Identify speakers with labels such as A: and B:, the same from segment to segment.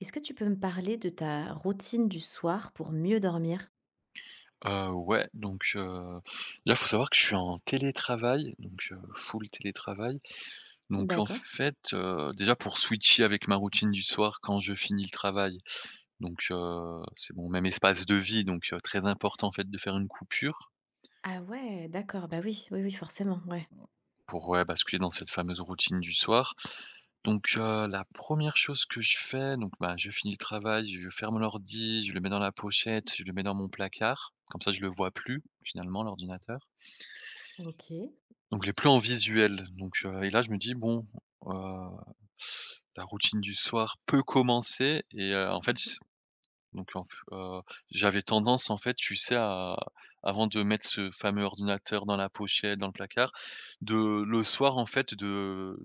A: Est-ce que tu peux me parler de ta routine du soir pour mieux dormir?
B: Heu, ouais, donc heu, Là, faut savoir que je suis en télétravail, donc full télétravail. Donc en
A: D'accord.
B: fait, déjà pour switcher avec ma routine du soir quand je finis le travail, donc c'est mon même espace de vie, donc très important en fait de faire une coupure
A: Ah ouais, d'accord, bah oui, oui, oui, forcément, ouais.
B: pour, ouais, basculer dans cette fameuse routine du soir. Donc la première chose que je fais, donc bah, je finis le travail, je ferme l'ordi, je le mets dans la pochette, je le mets dans mon placard, comme ça je le vois plus finalement l'ordinateur.
A: OK.
B: Donc les plans visuels, donc et là je me dis: «Bon, heu, la routine du soir peut commencer» et en fait, s donc en f j'avais tendance en fait, tu sais, à avant de mettre ce fameux ordinateur dans la pochette, dans le placard, de le soir en fait, de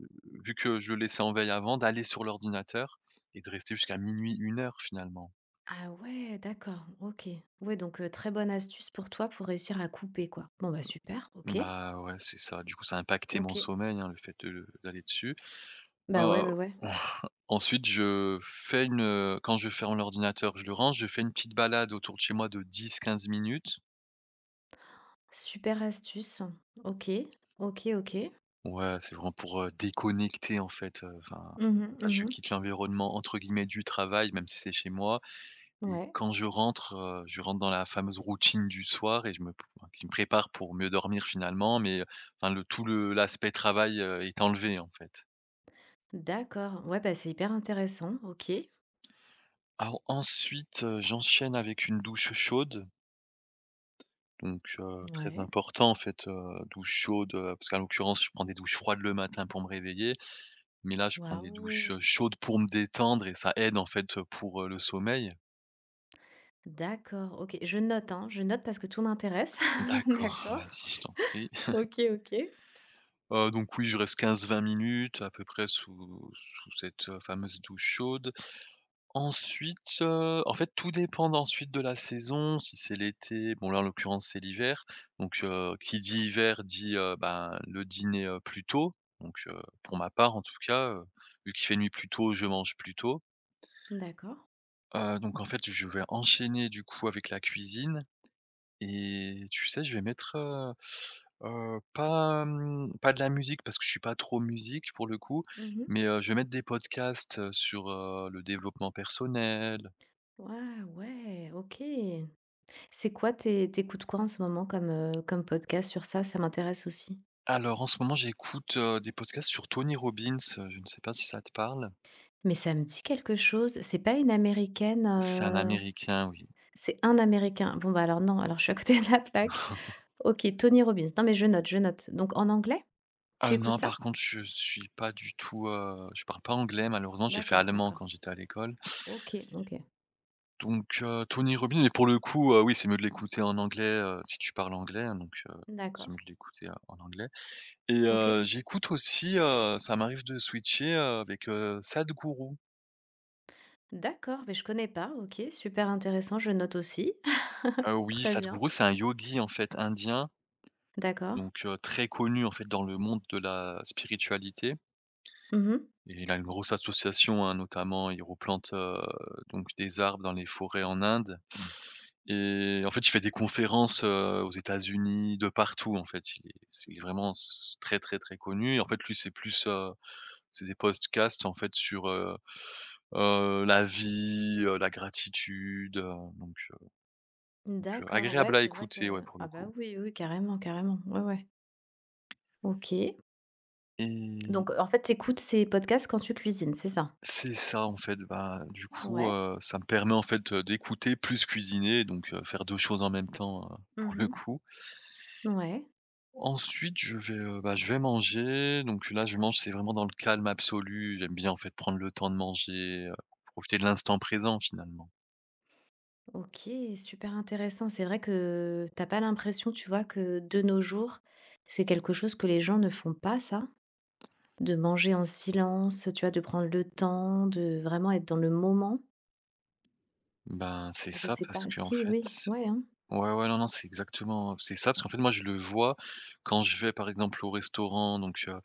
B: vu que je le laissais en veille avant, d'aller sur l'ordinateur et de rester jusqu'à minuit une heure finalement.
A: Ah ouais, d'accord, OK. Ouais, très bonne astuce pour toi pour réussir à couper, quoi. Bon, bah, super, OK,
B: Bah, ouais, c'est ça. Du coup, ça a impacté mon
A: OK.
B: sommeil, hein, le fait de d'aller dessus.
A: Bah, ouais,
B: Heu,
A: ouais, ouais.
B: ensuite je fais une, quand je ferme l'ordinateur, je le range, je fais une petite balade autour de chez moi de dix quinze minutes.
A: Super astuce. OK, OK, OK.
B: Ouais, c'est vraiment pour, déconnecter en fait, enfin,
A: Mhm,
B: là je
A: mhm.
B: quitte l'environnement entre guillemets «du travail», même si c'est chez moi et
A: Ouais.
B: quand je rentre dans la fameuse routine du soir et je me qui me prépare pour mieux dormir finalement, mais, enfin le tout le l'aspect travail, est enlevé en fait.
A: D'accord, ouais, bah, c'est hyper intéressant. OK.
B: Alors ensuite, j'enchaîne avec une douche chaude. Donc très
A: Ouais.
B: important en fait, douche chaude, parce qu'en l'occurrence, je prends des douches froides le matin pour me réveiller, mais là, je prends des douches,
A: Waouh!
B: chaudes pour me détendre et ça aide en fait, pour, le sommeil.
A: D'accord, OK. Je note, hein, je note parce que tout m'intéresse.
B: D'accord,
A: D'accord.
B: vas-y, je t'en prie.
A: OK, OK.
B: Donc oui, je reste quinze vingt minutes à peu près sous cette, fameuse douche chaude. Ensuite, en fait, tout dépend ensuite de la saison, si c'est l'été bon là, en l'occurrence, c'est l'hiver, donc qui dit hiver dit, ben, le dîner, plus tôt, donc pour ma part en tout cas, vu qu'il fait nuit plus tôt, je mange plus tôt,
A: D'accord.
B: donc en fait, je vais enchaîner du coup avec la cuisine et tu sais, je vais mettre, pas, mmh, pas de la musique parce que je suis pas trop musique pour le coup,
A: Mmh.
B: mais je vais mettre des podcasts, sur, le développement personnel.
A: Ouais, ouais, OK. C'est quoi tes t'écoutes quoi en ce moment comme, comme podcast sur ça? Ça m'intéresse aussi.
B: Alors en ce moment, j'écoute, des podcasts sur Tony Robbins, je ne sais pas si ça te parle?
A: Mais ça me dit quelque chose. C'est pas une américaine,
B: C'est un américain, oui.
A: c'est un américain. Bon, bah, alors non, alors je suis à côté de la plaque. OK, Tony Robbins. Non, mais je note, je note. Donc en anglais? Tu écoutes
B: Non,
A: ça?
B: par contre, je suis pas du tout, je parle pas anglais malheureusement, j'ai fait
A: D'accord,
B: allemand
A: d'accord.
B: quand j'étais à l'école.
A: OK, OK.
B: Donc Tony Robbins mais pour le coup, oui, c'est mieux de l'écouter en anglais, si tu parles anglais, hein, donc
A: D'accord.
B: c'est mieux de l'écouter, en anglais et
A: OK.
B: j'écoute aussi, ça m'arrive de switcher, avec, Sadhguru.
A: D'accord, mais je connais pas. OK, super intéressant, je note aussi.
B: Oui,
A: Très bien.
B: Sadhguru, c'est un yogi, en fait, indien,
A: D'accord.
B: donc très connu, en fait, dans le monde de la spiritualité.
A: Mmh.
B: Et il a une grosse association, hein, notamment il replante, donc des arbres dans les forêts en Inde et en fait, il fait des conférences, aux États-Unis, de partout en fait. Il est c'est vraiment s très, très, très connu et en fait, lui, c'est plus, c'est des podcasts en fait sur, la vie, la gratitude, donc heu donc
A: D'accord, ouais,
B: agréable à
A: c'est vrai que
B: écouter, ouais, pour
A: ah
B: le
A: bah,
B: coup.
A: oui, oui, carrément, carrément. Ouais, ouais. OK.
B: Et
A: Donc en fait, tu écoutes ces podcasts quand tu cuisines, c'est ça?
B: c'est ça en fait, bah, du coup,
A: Ouais.
B: ça me permet en fait, d'écouter plus cuisiner donc faire 2 choses en même temps, pour le
A: Mmh.
B: coup.
A: Ouais.
B: Ensuite, je vais, bah, je vais manger, donc là, je mange, c'est vraiment dans le calme absolu. J'aime bien, en fait, prendre le temps de manger, profiter de l'instant présent, finalement.
A: OK, super intéressant. C'est vrai que t'as pas l'impression, tu vois, que de nos jours, c'est quelque chose que les gens ne font pas ça? De manger en silence, tu vois, de prendre le temps, de vraiment être dans le moment?
B: Ben, c'est
A: Je
B: ça
A: sais pas.
B: parce que en
A: Si,
B: fait
A: oui, ouais, hein.
B: ouais, ouais, non, non, c'est exactement c'est ça parce qu'en fait, moi, je le vois quand je vais, par exemple, au restaurant, donc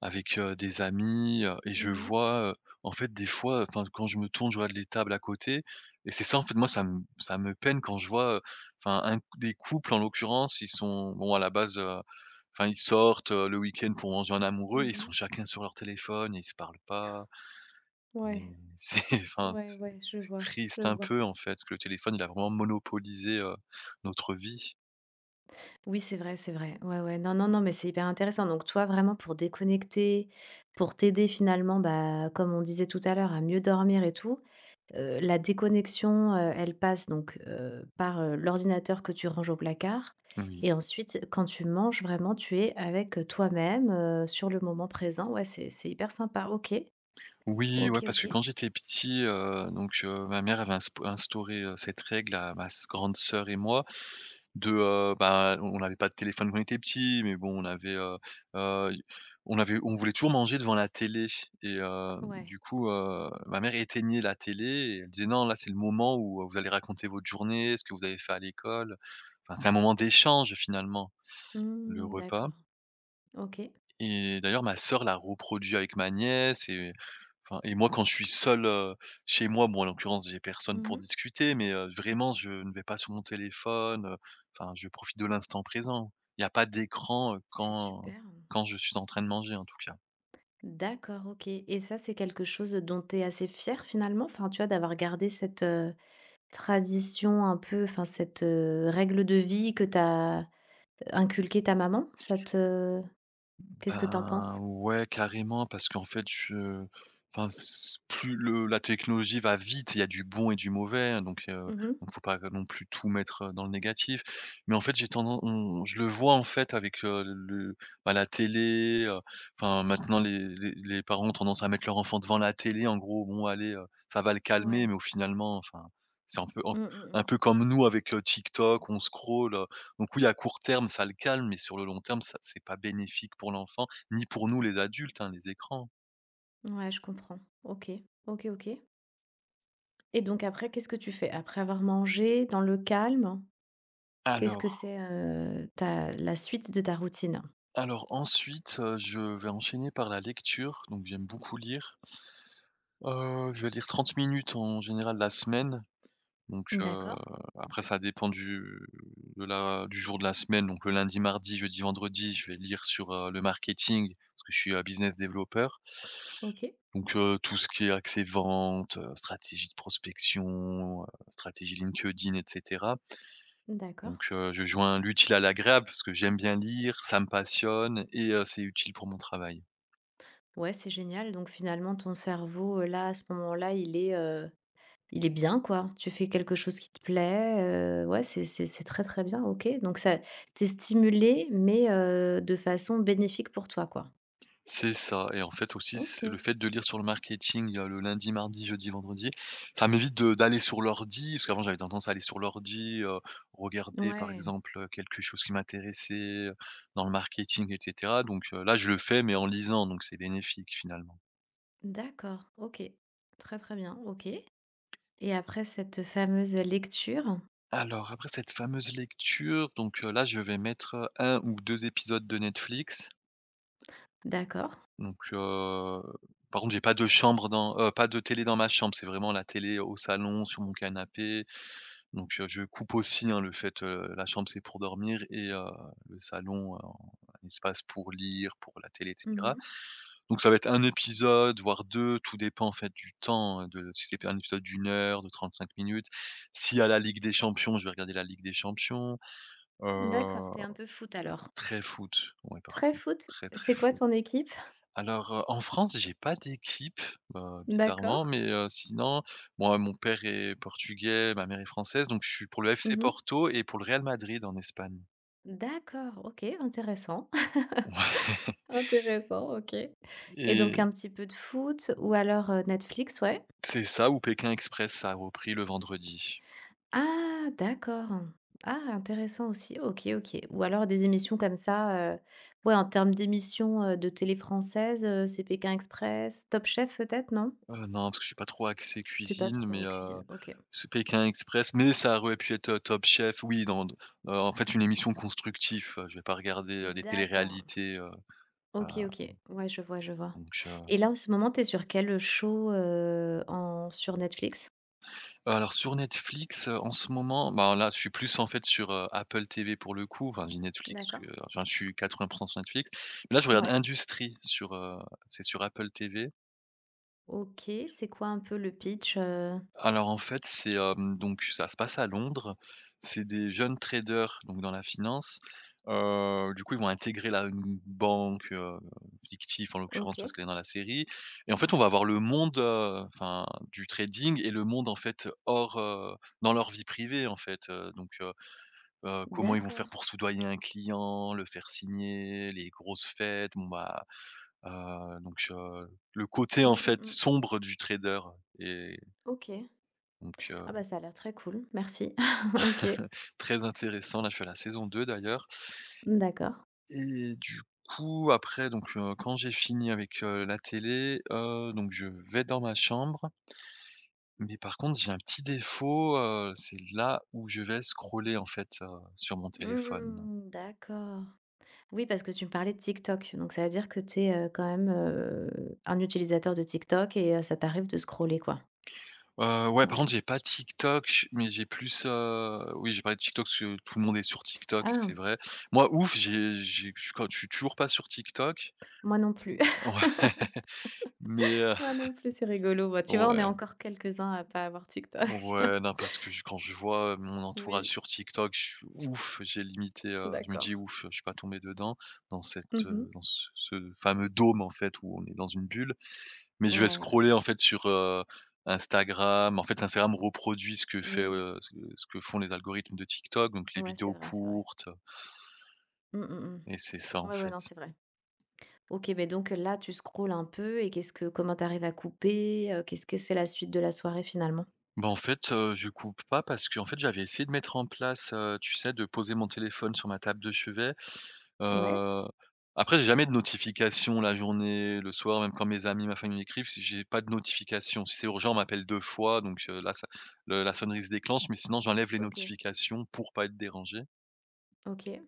B: avec, des amis, et je
A: Mmh mh.
B: vois, en fait, des fois, enfin, quand je me tourne, je vois les tables à côté et c'est ça, en fait, moi, ça me peine quand je vois, enfin, un des couples, en l'occurrence, ils sont bon, à la base, enfin, ils sortent, le week-end pour manger un amoureux et ils
A: Mmh.
B: sont chacun sur leur téléphone et ils se parlent pas
A: Ouais,
B: et c'est enfin,
A: ouais, ouais, je
B: c'est
A: vois, je
B: triste un
A: vois.
B: peu, en fait, que le téléphone, il a vraiment monopolisé, notre vie.
A: Oui, c'est vrai, c'est vrai. Ouais, ouais. Non, non, non, mais c'est hyper intéressant. Donc toi, vraiment pour déconnecter, pour t'aider finalement, bah, comme on disait tout à l'heure, à mieux dormir et tout, la déconnexion, elle passe donc, par, l'ordinateur que tu ranges au placard
B: Oui.
A: et ensuite quand tu manges, vraiment tu es avec, toi-même, sur le moment présent. Ouais, c'est hyper sympa. OK.
B: Oui, ouais,
A: OK,
B: parce que
A: OK.
B: quand j'étais petit, ma mère avait insp instauré, cette règle à ma s grande sœur et moi de, bah, on n'avait pas de téléphone quand on était petit, mais bon, on avait, y on avait on voulait toujours manger devant la télé et hem,
A: Ouais.
B: du coup, ma mère éteignait la télé et elle disait: «Non, là, c'est le moment où, vous allez raconter votre journée, ce que vous avez fait à l'école». Enfin, c'est un moment d'échange finalement, le
A: Mmh,
B: repas
A: d'accord. OK.
B: et d'ailleurs ma sœur l'a reproduit avec ma nièce et enfin et moi quand je suis seul, chez moi, bon en l'occurrence j'ai personne pour
A: Mmh.
B: discuter, mais vraiment je ne vais pas sur mon téléphone, enfin je profite de l'instant présent. Il n'y a pas d'écran,
A: C'est
B: quand
A: super.
B: quand je suis en train de manger en tout cas.
A: D'accord, OK, et ça, c'est quelque chose dont tu es assez fière finalement? Enfin, tu vois, d'avoir gardé cette, tradition un peu, enfin cette, règle de vie que tu inculquée ta maman? Ça te qu'est-ce que t'en
B: Ben,
A: penses?
B: ouais, carrément, parce qu'en fait, je enfin, s plus le la technologie va vite, il y a du bon et du mauvais, hein,
A: Mmh.
B: donc faut pas non plus tout mettre, dans le négatif. Mais en fait, j'ai tendance, on je le vois, en fait, avec, le bah, la télé, enfin, maintenant les parents ont tendance à mettre leur enfant devant la télé, en gros, bon, allez, ça va le calmer,
A: Ouais.
B: mais au finalement, enfin, c'est
A: Mmh,
B: un
A: mmh
B: peu comme nous avec, TikTok, on scrolle, donc oui, à court terme, ça le calme, mais sur le long terme, ça c'est pas bénéfique pour l'enfant, ni pour nous les adultes, hein, les écrans.
A: mh. Ouais, je comprends. OK. OK, OK, et donc après, qu'est-ce que tu fais? Après avoir mangé, dans le calme, qu'est-ce que
B: Alors
A: c'est, ta la suite de ta routine?
B: alors ensuite, je vais enchaîner par la lecture, donc j'aime beaucoup lire. Je vais lire 30 minutes en général la semaine, donc
A: D'accord.
B: après ça dépend du de la du jour de la semaine, donc le lundi, mardi, jeudi, vendredi, je vais lire sur, le marketing, parce que je suis, business développeur.
A: OK.
B: Donc tout ce qui est accès vente, stratégie de prospection, stratégie LinkedIn etc.
A: D'accord.
B: Donc je joins l'utile à l'agréable parce que j'aime bien lire, ça me passionne et c'est utile pour mon travail.
A: Ouais, c'est génial. Donc finalement, ton cerveau, là, à ce moment-là, il est bien, quoi. Tu fais quelque chose qui te plaît, ouais, c'est très, très bien, OK. Donc ça t'es stimulé, mais de façon bénéfique pour toi, quoi.
B: C'est ça et en fait aussi c'est le
A: OK.
B: fait de lire sur le marketing, le lundi, mardi, jeudi, vendredi, ça m'évite de d'aller sur l'ordi parce qu'avant j'avais tendance à aller sur l'ordi, regarder par
A: Ouais,
B: exemple, quelque chose qui m'intéressait, heu, dans le marketing et cetera donc là je le fais mais en lisant donc c'est bénéfique finalement.
A: d'accord, OK. Très, très bien, OK. Et après cette fameuse lecture,
B: Alors après cette fameuse lecture donc là je vais mettre, 1 ou 2 épisodes de Netflix.
A: d'accord.
B: Donc par contre, j'ai pas de chambre dans pas de télé dans ma chambre, c'est vraiment la télé au salon, sur mon canapé. Donc je coupe aussi, hein, le fait, la chambre, c'est pour dormir et le salon, un espace pour lire, pour la télé et cetera.
A: Mmh.
B: Donc ça va être un épisode, voire 2. Tout dépend en fait du temps, de si c'est un épisode d'une heure, de 35 minutes. S'il y a la Ligue des Champions, je vais regarder la Ligue des Champions. Heu,
A: D'accord, t'es un peu foot, alors?
B: très foot, ouais, par
A: Très
B: contre,
A: foot?
B: très, très
A: C'est quoi
B: foot.
A: ton équipe?
B: Alors, en France, j'ai pas d'équipe, bizarrement,
A: D'accord.
B: mais sinon, moi, mon père est portugais, ma mère est française, donc je suis pour le FC
A: Mmh.
B: Porto et pour le Real Madrid en Espagne.
A: D'accord, OK, intéressant. Intéressant, OK. Et donc
B: et
A: un petit peu de foot ou alors, Netflix, ouais?
B: c'est ça ou Pékin Express, ça a repris le vendredi.
A: Ah d'accord. Ah intéressant aussi, OK, OK. Ou alors des émissions comme ça, ouais en termes d'émissions, de télé française, c'est Pékin Express, Top Chef peut-être, non?
B: Non, parce que je suis pas trop axé
A: Tu pas
B: cuisine, mais
A: trop cuisine, OK.
B: c'est Pékin Express, mais ça aurait pu être, Top Chef, oui, dans d en fait, une émission constructive. Je vais pas regarder, des
A: D'accord.
B: téléréalités. Heu,
A: OK, OK. Ouais, je vois, je vois.
B: donc
A: Et là en ce moment, t'es sur quel, show, en sur Netflix?
B: alors sur Netflix, en ce moment, ben là, je suis plus en fait sur, Apple TV pour le coup, enfin je dis Netflix parce
A: D'accord.
B: que enfin je suis 80% sur Netflix. Mais là je regarde
A: Ouais.
B: Industrie sur, c'est sur Apple TV.
A: OK, c'est quoi un peu le pitch,
B: Alors en fait c'est, donc ça se passe à Londres. C'est des jeunes traders donc dans la finance. Du coup ils vont intégrer là une banque, fictif en l'occurrence parce
A: OK.
B: qu'elle est dans la série, et en fait on va avoir le monde, enfin du trading, et le monde en fait hors, dans leur vie privée en fait, comment ils vont faire
A: D'accord.
B: pour soudoyer un client, le faire signer, les grosses fêtes, bon bah, donc le côté en
A: Mmh, mmh,
B: fait
A: mmh.
B: sombre du trader est
A: OK.
B: donc
A: Ah bah, ça a l'air très cool, merci. OK.
B: très intéressant. Là, je suis à la saison 2 d'ailleurs,
A: D'accord.
B: et du coup après donc quand j'ai fini avec, la télé, donc je vais dans ma chambre, mais par contre j'ai un petit défaut, c'est là où je vais scroller en fait, sur mon téléphone.
A: Mmh, d'accord. Oui, parce que tu me parlais de TikTok, donc ça veut dire que tu es, quand même, un utilisateur de TikTok, et ça t'arrive de scroller, quoi?
B: Ouais, par
A: Ouais.
B: contre, j'ai pas TikTok, mais j'ai plus, oui, j'ai parlé de TikTok parce que tout le monde est sur TikTok,
A: Ah!
B: c'est vrai. Moi, ouf, j'ai je suis quand je suis toujours pas sur TikTok.
A: Moi non plus.
B: Ouais, mais,
A: Moi non plus, c'est rigolo. Bah, tu vois, on est
B: ouais,
A: encore quelques-uns à pas avoir TikTok.
B: ouais, non, parce que je vois, mon entourage
A: Oui,
B: sur TikTok, je suis ouf, j'ai limité, je me
A: d'accord.
B: dis: «Ouf, je suis pas tombé dedans»
A: Mmh.
B: dans ce fameux dôme, en fait, où on est dans une bulle. Mais je vais
A: Ouais, ouais,
B: scroller
A: ouais.
B: en fait sur, Instagram. En fait, Instagram reproduit ce que fait,
A: Oui.
B: ce que font les algorithmes de TikTok, donc les
A: Ouais, c'est
B: vidéos
A: vrai, c'est vrai.
B: courtes,
A: Mmh, mmh
B: et c'est ça
A: mh.
B: en
A: Ouais, ouais,
B: fait.
A: non, c'est vrai. OK, mais donc là, tu scrolles un peu et qu'est-ce que comment t'arrives à couper? Qu'est-ce que c'est la suite de la soirée finalement?
B: Bah, en fait, je coupe pas parce que en fait, j'avais essayé de mettre en place, tu sais, de poser mon téléphone sur ma table de chevet.
A: Ouais,
B: Heu, Après, j'ai jamais de notification la journée, le soir, même quand mes amis, ma famille m'écrivent, si j'ai pas de notification. Si c'est urgent, on m'appelle 2 fois, donc là, ça le la sonnerie se déclenche, mais sinon, j'enlève les
A: OK,
B: notifications pour pas être dérangé.
A: OK.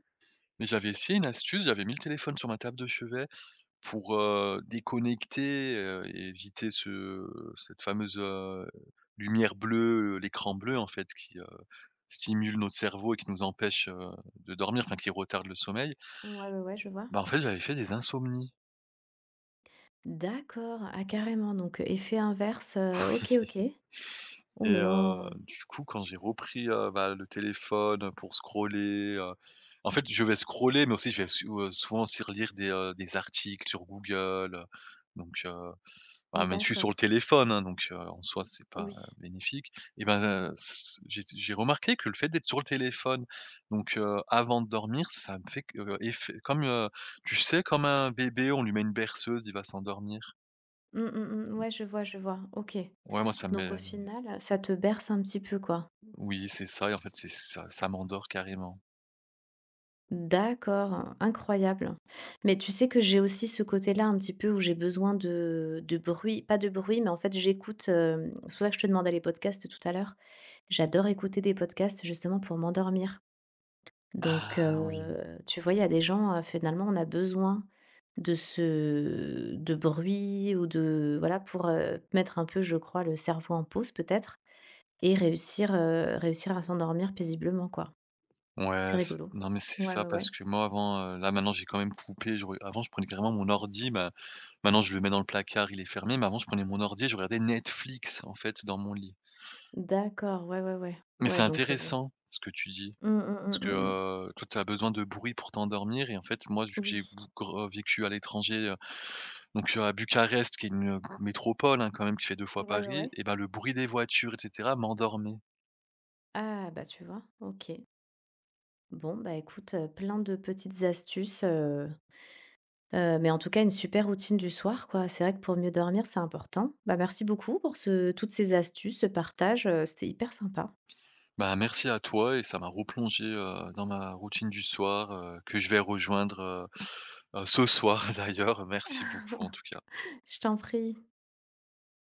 B: Mais j'avais essayé une astuce, j'avais mis le téléphone sur ma table de chevet pour, déconnecter, et éviter ce cette fameuse, lumière bleue, l'écran bleu en fait qui, stimule notre cerveau et qui nous empêche, de dormir, enfin qui retarde le sommeil.
A: Ouais, ouais, ouais, je vois.
B: Bah, en fait, j'avais fait des insomnies,
A: D'accord, ah carrément, donc effet inverse, OK, OK. Oh
B: et
A: là là,
B: du coup quand j'ai repris, bah, le téléphone pour scroller, en fait je vais scroller mais aussi je vais souvent aussi relire des articles sur Google, donc bah, même je suis sur
A: d'accord,
B: le téléphone, hein, donc en soi, c'est pas,
A: oui.
B: bénéfique, et ben, s j'ai remarqué que le fait d'être sur le téléphone, donc avant de dormir, ça me fait que, effet comme, tu sais, comme un bébé, on lui met une berceuse, il va s'endormir.
A: Mmh, mmh, mmh, ouais, je vois, OK.
B: Ouais, moi, ça me
A: Donc au
B: met
A: final, ça te berce un petit peu, quoi?
B: oui, c'est ça, et en fait, c'est ça, ça m'endort carrément.
A: D'accord, incroyable. Mais tu sais que j'ai aussi ce côté-là un petit peu où j'ai besoin de bruit, pas de bruit, mais en fait j'écoute, c'est pour ça que je te demandais les podcasts tout à l'heure, j'adore écouter des podcasts justement pour m'endormir. Donc
B: Ah oui.
A: tu vois, il y a des gens, finalement, on a besoin de ce, de bruit ou de, voilà, pour mettre un peu, je crois, le cerveau en pause peut-être et réussir, réussir à s'endormir paisiblement, quoi. C'est
B: Ouais, c'est
A: rigolo.
B: non, mais c'est
A: Ouais,
B: ça
A: ouais, ouais.
B: parce que moi, avant, là, maintenant, j'ai quand même coupé, je re avant, je prenais carrément mon ordi, ma maintenant, je le mets dans le placard, il est fermé, mais avant, je prenais mon ordi et je regardais Netflix, en fait, dans mon lit.
A: D'accord, ouais, ouais, ouais.
B: Mais c'est
A: Ouais, bon.
B: intéressant ce que tu dis,
A: Mmh, mmh, mmh,
B: parce que,
A: mmh, mmh.
B: toi, tu as besoin de bruit pour t'endormir, et en fait, moi, vu que j'ai
A: Oui.
B: bou gr vécu à l'étranger, donc à Bucarest qui est une, métropole, hein, quand même, qui fait 2 fois
A: Ouais, ouais,
B: Paris,
A: ouais.
B: et ben le bruit des voitures et cetera m'endormait.
A: Ah bah, tu vois? OK. Bon, bah, écoute, plein de petites astuces, mais en tout cas, une super routine du soir, quoi. C'est vrai que pour mieux dormir, c'est important. Bah, merci beaucoup pour ce toutes ces astuces, ce partage, c'était hyper sympa.
B: Bah, merci à toi, et ça m'a replongé, dans ma routine du soir, que je vais rejoindre, ce soir d'ailleurs. Merci beaucoup en tout cas.
A: Je t'en prie.